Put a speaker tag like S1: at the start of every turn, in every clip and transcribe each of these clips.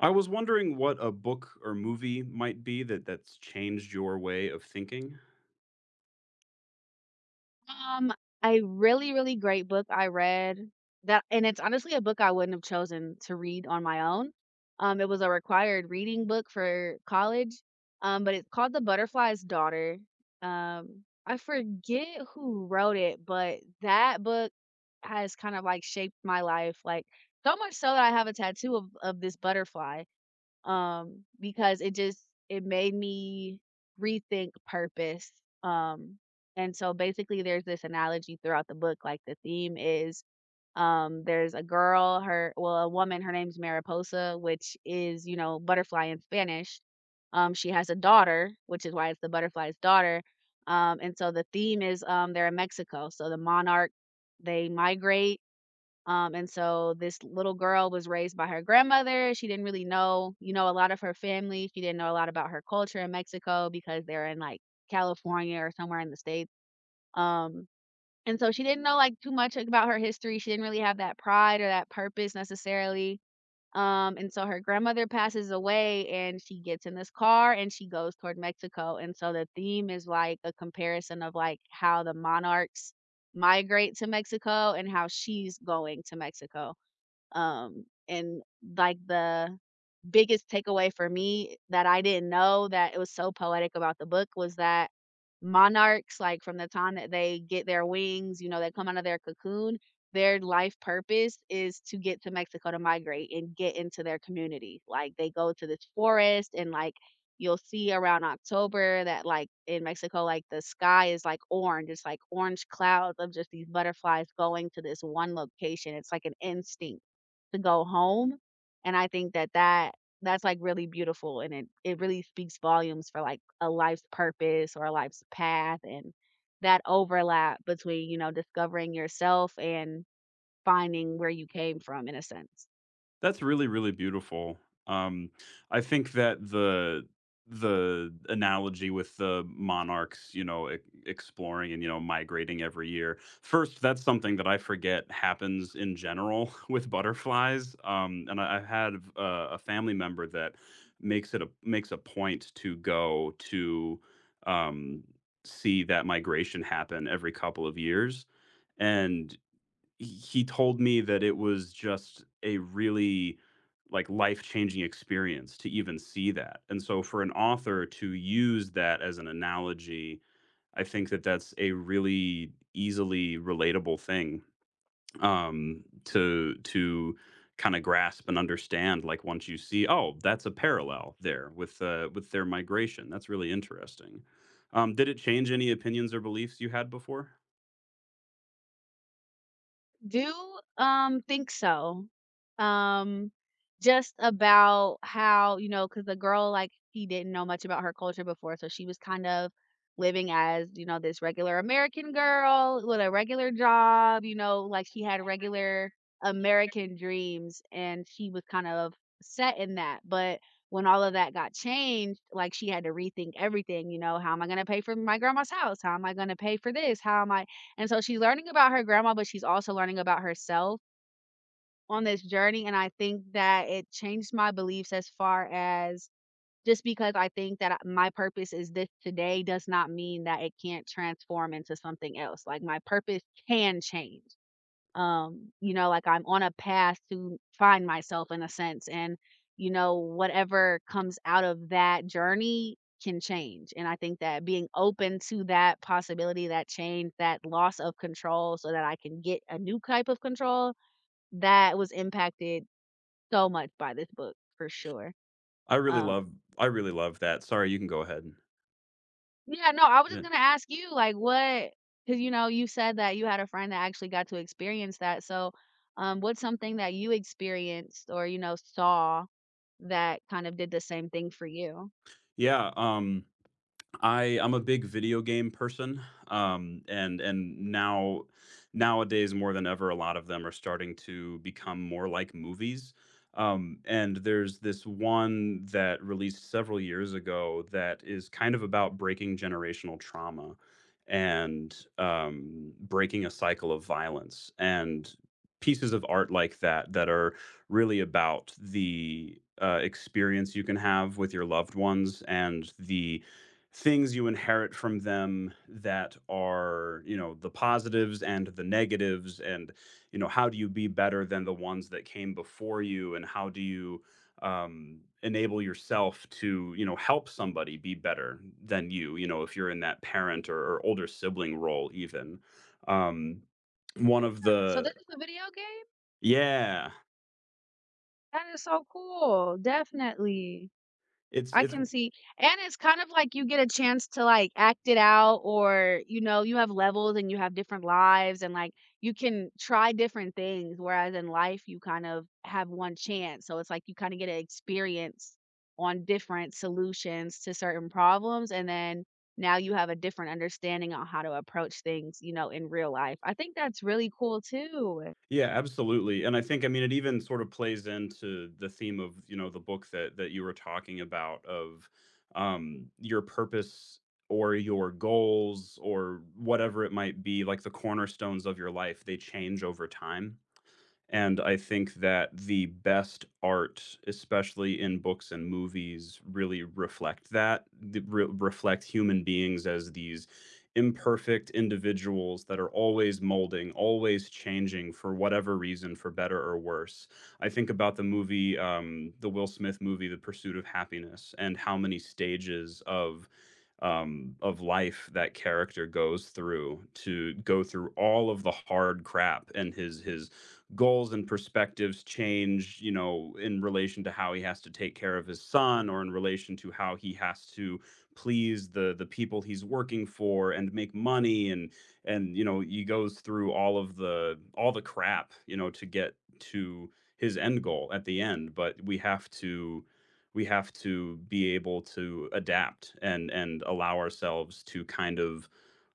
S1: I was wondering what a book or movie might be that's changed your way of thinking.
S2: Um, a really, really great book I read that and it's honestly a book I wouldn't have chosen to read on my own. It was a required reading book for college, but it's called The Butterfly's Daughter. I forget who wrote it, but that book has kind of like shaped my life, like so much so that I have a tattoo of this butterfly, because it just it made me rethink purpose. Um, and so basically, there's this analogy throughout the book. Like the theme is, there's a girl, her well, a woman, her name's Mariposa, which is butterfly in Spanish. She has a daughter, which is why it's the butterfly's daughter. And so the theme is, they're in Mexico, so the monarch they migrate. And so this little girl was raised by her grandmother. She didn't really know, a lot of her family. She didn't know a lot about her culture in Mexico because they're in like California or somewhere in the States. Um, and so she didn't know like too much about her history. She didn't really have that pride or that purpose necessarily. And so her grandmother passes away and she gets in this car and she goes toward Mexico. And so the theme is like a comparison of like how the monarchs migrate to Mexico and how she's going to Mexico. And like the biggest takeaway for me that I didn't know that it was so poetic about the book was that monarchs, like, from the time that they get their wings, you know, they come out of their cocoon, their life purpose is to get to Mexico to migrate and get into their community. Like, they go to this forest and, like, you'll see around October that, like, in Mexico, like, the sky is, like, orange. It's, like, orange clouds of just these butterflies going to this one location. It's like an instinct to go home, and I think that that's, like, really beautiful, and it really speaks volumes for, like, a life's purpose or a life's path and that overlap between, you know, discovering yourself and finding where you came from in a sense.
S1: That's really, really beautiful. Um, I think that the analogy with the monarchs, you know, exploring and you know migrating every year. First, that's something that I forget happens in general with butterflies. And I had a family member that makes a point to go to um, see that migration happen every couple of years. And he told me that it was just a really, like, life-changing experience to even see that, and so for an author to use that as an analogy, I think that that's a really easily relatable thing, to kinda grasp and understand, like, once you see, "Oh, that's a parallel there with their migration. That's really interesting." Did it change any opinions or beliefs you had before?
S2: Do think so. Um just about how, you know, cause the girl like he didn't know much about her culture before, so she was kind of living as, you know, this regular American girl with a regular job, you know, like she had regular American dreams and she was kind of set in that. But when all of that got changed, like she had to rethink everything, you know, how am I going to pay for my grandma's house? How am I going to pay for this? How am I, and so she's learning about her grandma, but she's also learning about herself on this journey. And I think that it changed my beliefs as far as just because I think that my purpose is this today does not mean that it can't transform into something else. Like my purpose can change. You know, like I'm on a path to find myself in a sense. And, whatever comes out of that journey can change. And I think that being open to that possibility, that change, that loss of control so that I can get a new type of control, that was impacted so much by this book for sure.
S1: I really
S2: Um
S1: love I really love that. Sorry, you can go ahead.
S2: Yeah, no, I was
S1: I
S2: just
S1: didn't
S2: gonna ask you, like, what? Cause, you know, you said that you had a friend that actually got to experience that, so, what's something that you experienced or, you know, saw that kind of did the same thing for you?
S1: Yeah, I'm a big video game person, and now nowadays more than ever, a lot of them are starting to become more like movies. And there's this one that released several years ago that is kind of about breaking generational trauma and breaking a cycle of violence and pieces of art like that that are really about the experience you can have with your loved ones and the things you inherit from them that are, you know, the positives and the negatives, and you know, how do you be better than the ones that came before you, and how do you enable yourself to, you know, help somebody be better than you, you know, if you're in that parent or older sibling role even. Um one of
S2: So this
S1: the
S2: is a video game?
S1: Yeah,
S2: That is so cool, definitely.
S1: it's
S2: I
S1: it's
S2: can see, and it's kind of like you get a chance to, like, act it out or, you know, you have levels and you have different lives and, like, you can try different things, whereas in life, you kind of have one chance, so it's like you kinda get to experience on different solutions to certain problems, and then now you have a different understanding on how to approach things, you know, in real life. I think that's really cool too.
S1: yeah, absolutely. And I think, I mean, it even sort of plays into the theme of, you know, the book that you were talking about of your purpose or your goals or whatever it might be, like the cornerstones of your life, they change over time. And I think that the best art, especially in books and movies, really reflect that, the reflect human beings as these imperfect individuals that are always molding, always changing for whatever reason, for better or worse. I think about the movie, the Will Smith movie, The Pursuit of Happiness, and how many stages of life that character goes through to go through all of the hard crap, and his goals and perspectives change, you know, in relation to how he has to take care of his son, or in relation to how he has to please the people he's working for and make money, and you know he goes through all of the crap, you know, to get to his end goal at the end. But we have to, we have to be able to adapt and allow ourselves to kind of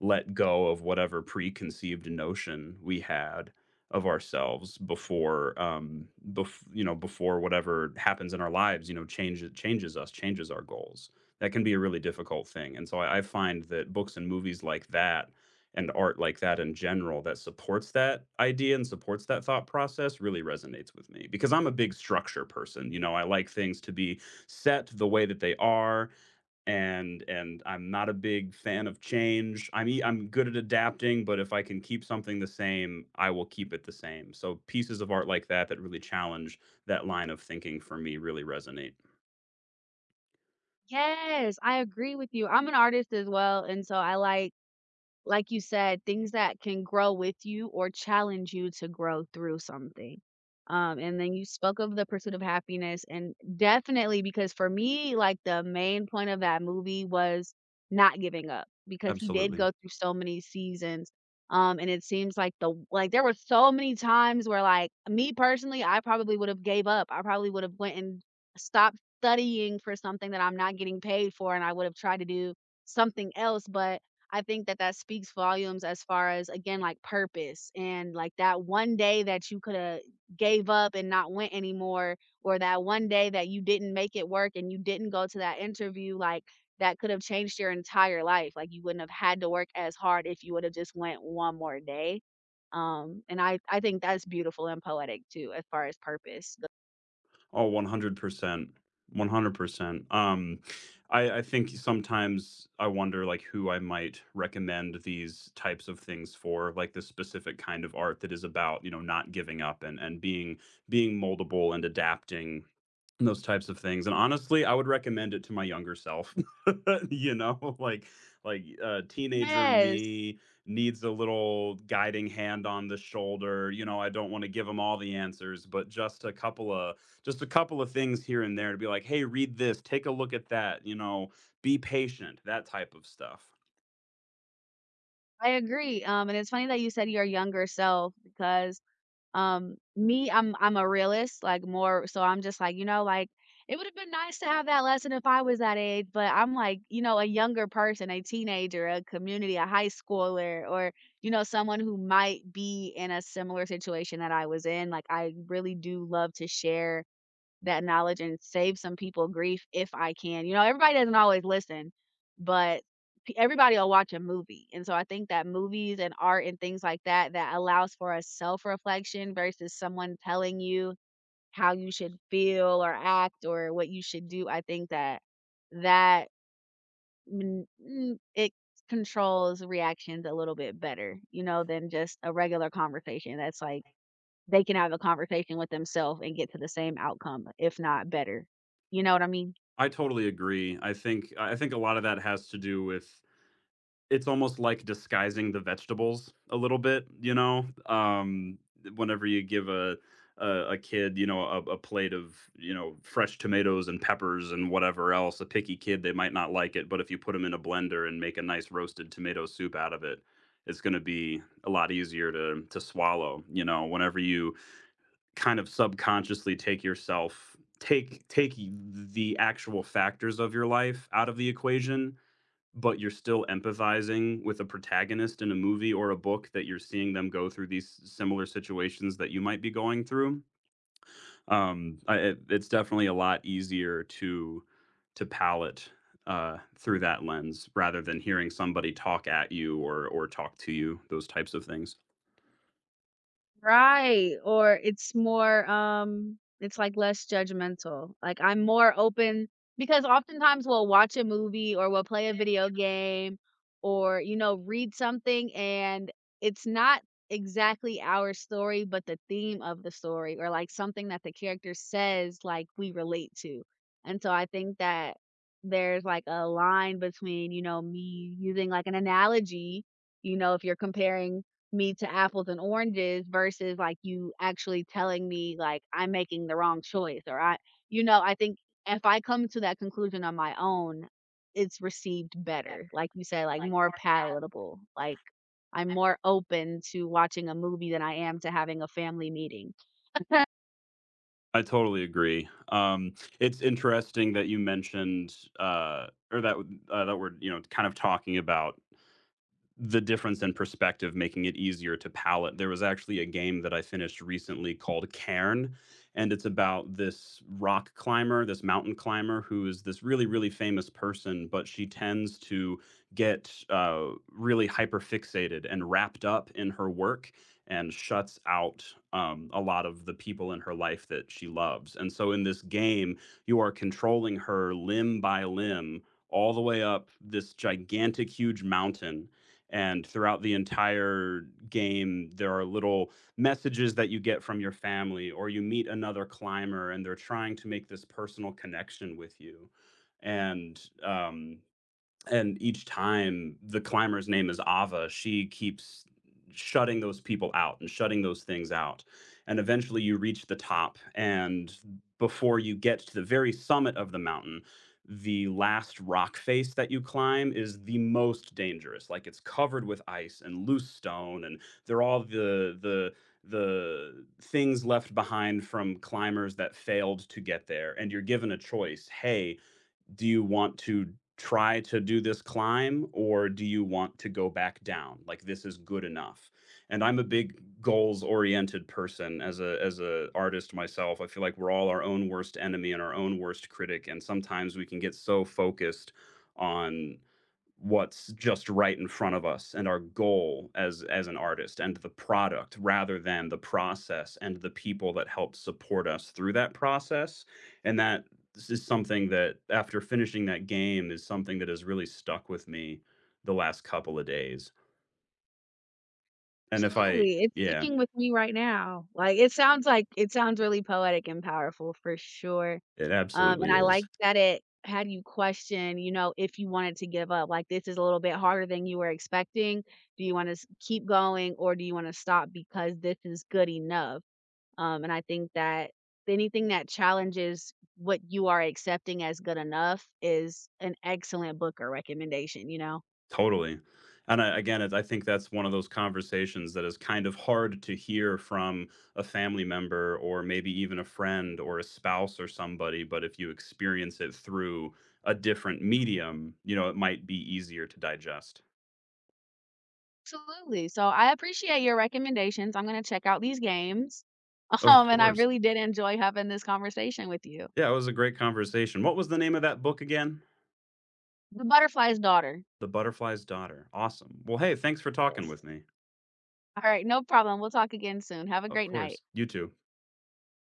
S1: let go of whatever preconceived notion we had of ourselves before, you know, before whatever happens in our lives, you know, changes, changes us, changes our goals. That can be a really difficult thing, and so I find that books and movies like that, and art like that in general, that supports that idea and supports that thought process really resonates with me, because I'm a big structure person. You know, I like things to be set the way that they are, and I'm not a big fan of change. I'm good at adapting, but if I can keep something the same, I will keep it the same. So pieces of art like that that really challenge that line of thinking for me really resonate.
S2: Yes, I agree with you. I'm an artist as well, and so I like you said, things that can grow with you or challenge you to grow through something. And then you spoke of The Pursuit of Happiness, and definitely because for me, like the main point of that movie was not giving up because he did
S1: Absolutely.
S2: go through so many seasons. And it seems like the like there were so many times where like me personally, I probably would have gave up. I probably would have went and stopped studying for something that I'm not getting paid for, and I would have tried to do something else. But I think that that speaks volumes as far as, again, like, purpose and, like, that one day that you coulda gave up and not went anymore, or that one day that you didn't make it work and you didn't go to that interview, like, that could have changed your entire life, like, you wouldn't have had to work as hard if you would have just went one more day, and I think that's beautiful and poetic too as far as purpose.
S1: Oh, 100%. 100%. I think sometimes I wonder, like, who I might recommend these types of things for, like, this specific kind of art that is about, you know, not giving up and being, being moldable and adapting, and those types of things. And honestly, I would recommend it to my younger self. You know? Like, teenager
S2: Yes,
S1: me needs a little guiding hand on the shoulder. You know, I don't wanna give 'em all the answers, but just a couple of, just a couple of things here and there to be like, hey, read this, take a look at that, you know, be patient, that type of stuff.
S2: I agree, and it's funny that you said your younger self because me, I'm a realist, like, more so I'm just like, you know, like, it would've been nice to have that lesson if I was that age, but I'm like, you know, a younger person, a teenager, a community, a high schooler, or, you know, someone who might be in a similar situation that I was in. Like, I really do love to share that knowledge and save some people grief if I can. You know, everybody doesn't always listen, but everybody will watch a movie. And so I think that movies and art and things like that that allows for a self-reflection versus someone telling you how you should feel or act or what you should do. I think that that it controls reactions a little bit better, you know, than just a regular conversation that's like they can have a conversation with themselves and get to the same outcome, if not better. You know what I mean?
S1: I totally agree. I think a lot of that has to do with, it's almost like disguising the vegetables a little bit, you know? Whenever you give a kid, you know, a plate of, you know, fresh tomatoes and peppers and whatever else, a picky kid, they might not like it. But if you put them in a blender and make a nice roasted tomato soup out of it, it's going to be a lot easier to swallow, you know, whenever you kind of subconsciously take yourself take take the actual factors of your life out of the equation, but you're still empathizing with a protagonist in a movie or a book that you're seeing them go through these similar situations that you might be going through. It's definitely a lot easier to palate through that lens, rather than hearing somebody talk at you or talk to you. Those types of things.
S2: Right, or it's more, it's, like, less judgmental. Like, I'm more open because oftentimes we'll watch a movie or we'll play a video game or, you know, read something, and it's not exactly our story, but the theme of the story or, like, something that the character says, like, we relate to, and so I think that there's, like, a line between, you know, me using, like, an analogy, you know, if you're comparing me to apples and oranges versus like you actually telling me like I'm making the wrong choice or I think if I come to that conclusion on my own, it's received better. Like you said, like more palatable. Like I'm more open to watching a movie than I am to having a family meeting.
S1: I totally agree. It's interesting that you mentioned or that that we're, you know, kind of talking about the difference in perspective making it easier to palette. There was actually a game that I finished recently called Cairn, and it's about this rock climber, this mountain climber, who is this really, really famous person, but she tends to get really hyper fixated and wrapped up in her work, and shuts out a lot of the people in her life that she loves. And so in this game, you are controlling her limb by limb all the way up this gigantic, huge mountain. And throughout the entire game, there are little messages that you get from your family, or you meet another climber and they're trying to make this personal connection with you. And um, and each time, the climber's name is Ava, she keeps shutting those people out and shutting those things out. And eventually you reach the top, and before you get to the very summit of the mountain, the last rock face that you climb is the most dangerous. Like, it's covered with ice and loose stone, and they're all the things left behind from climbers that failed to get there. And you're given a choice. Hey, do you want to try to do this climb, or do you want to go back down, like this is good enough. And I'm a big goals oriented person. As a artist myself, I feel like we're all our own worst enemy and our own worst critic, and sometimes we can get so focused on what's just right in front of us and our goal as an artist, and the product rather than the process and the people that help support us through that process. And that, this is something that after finishing that game is something that has really stuck with me the last couple of days. And if I
S2: Absolutely. It's
S1: Yeah,
S2: sticking with me right now. Like it sounds really poetic and powerful for sure.
S1: it absolutely
S2: And I like
S1: is.
S2: that it had you question, you know, if you wanted to give up, like, "This is a little bit harder than you were expecting. Do you wanna keep going, or do you wanna stop because this is good enough?" And I think that anything that challenges what you are accepting as good enough is an excellent book or recommendation, you know?
S1: Totally. And again, I think that's one of those conversations that is kind of hard to hear from a family member or maybe even a friend or a spouse or somebody. But if you experience it through a different medium, you know, it might be easier to digest.
S2: Absolutely, so I appreciate your recommendations, I'm gonna check out these games,
S1: Of
S2: and I
S1: course.
S2: really did enjoy having this conversation with you.
S1: Yeah, it was a great conversation. What was the name of that book again?
S2: The Butterfly's Daughter,
S1: The Butterfly's Daughter. Awesome. Well, hey, thanks for talking
S2: yes.
S1: with me.
S2: All right, no problem. We'll talk again soon. Have a
S1: Of
S2: great night.
S1: course. You too.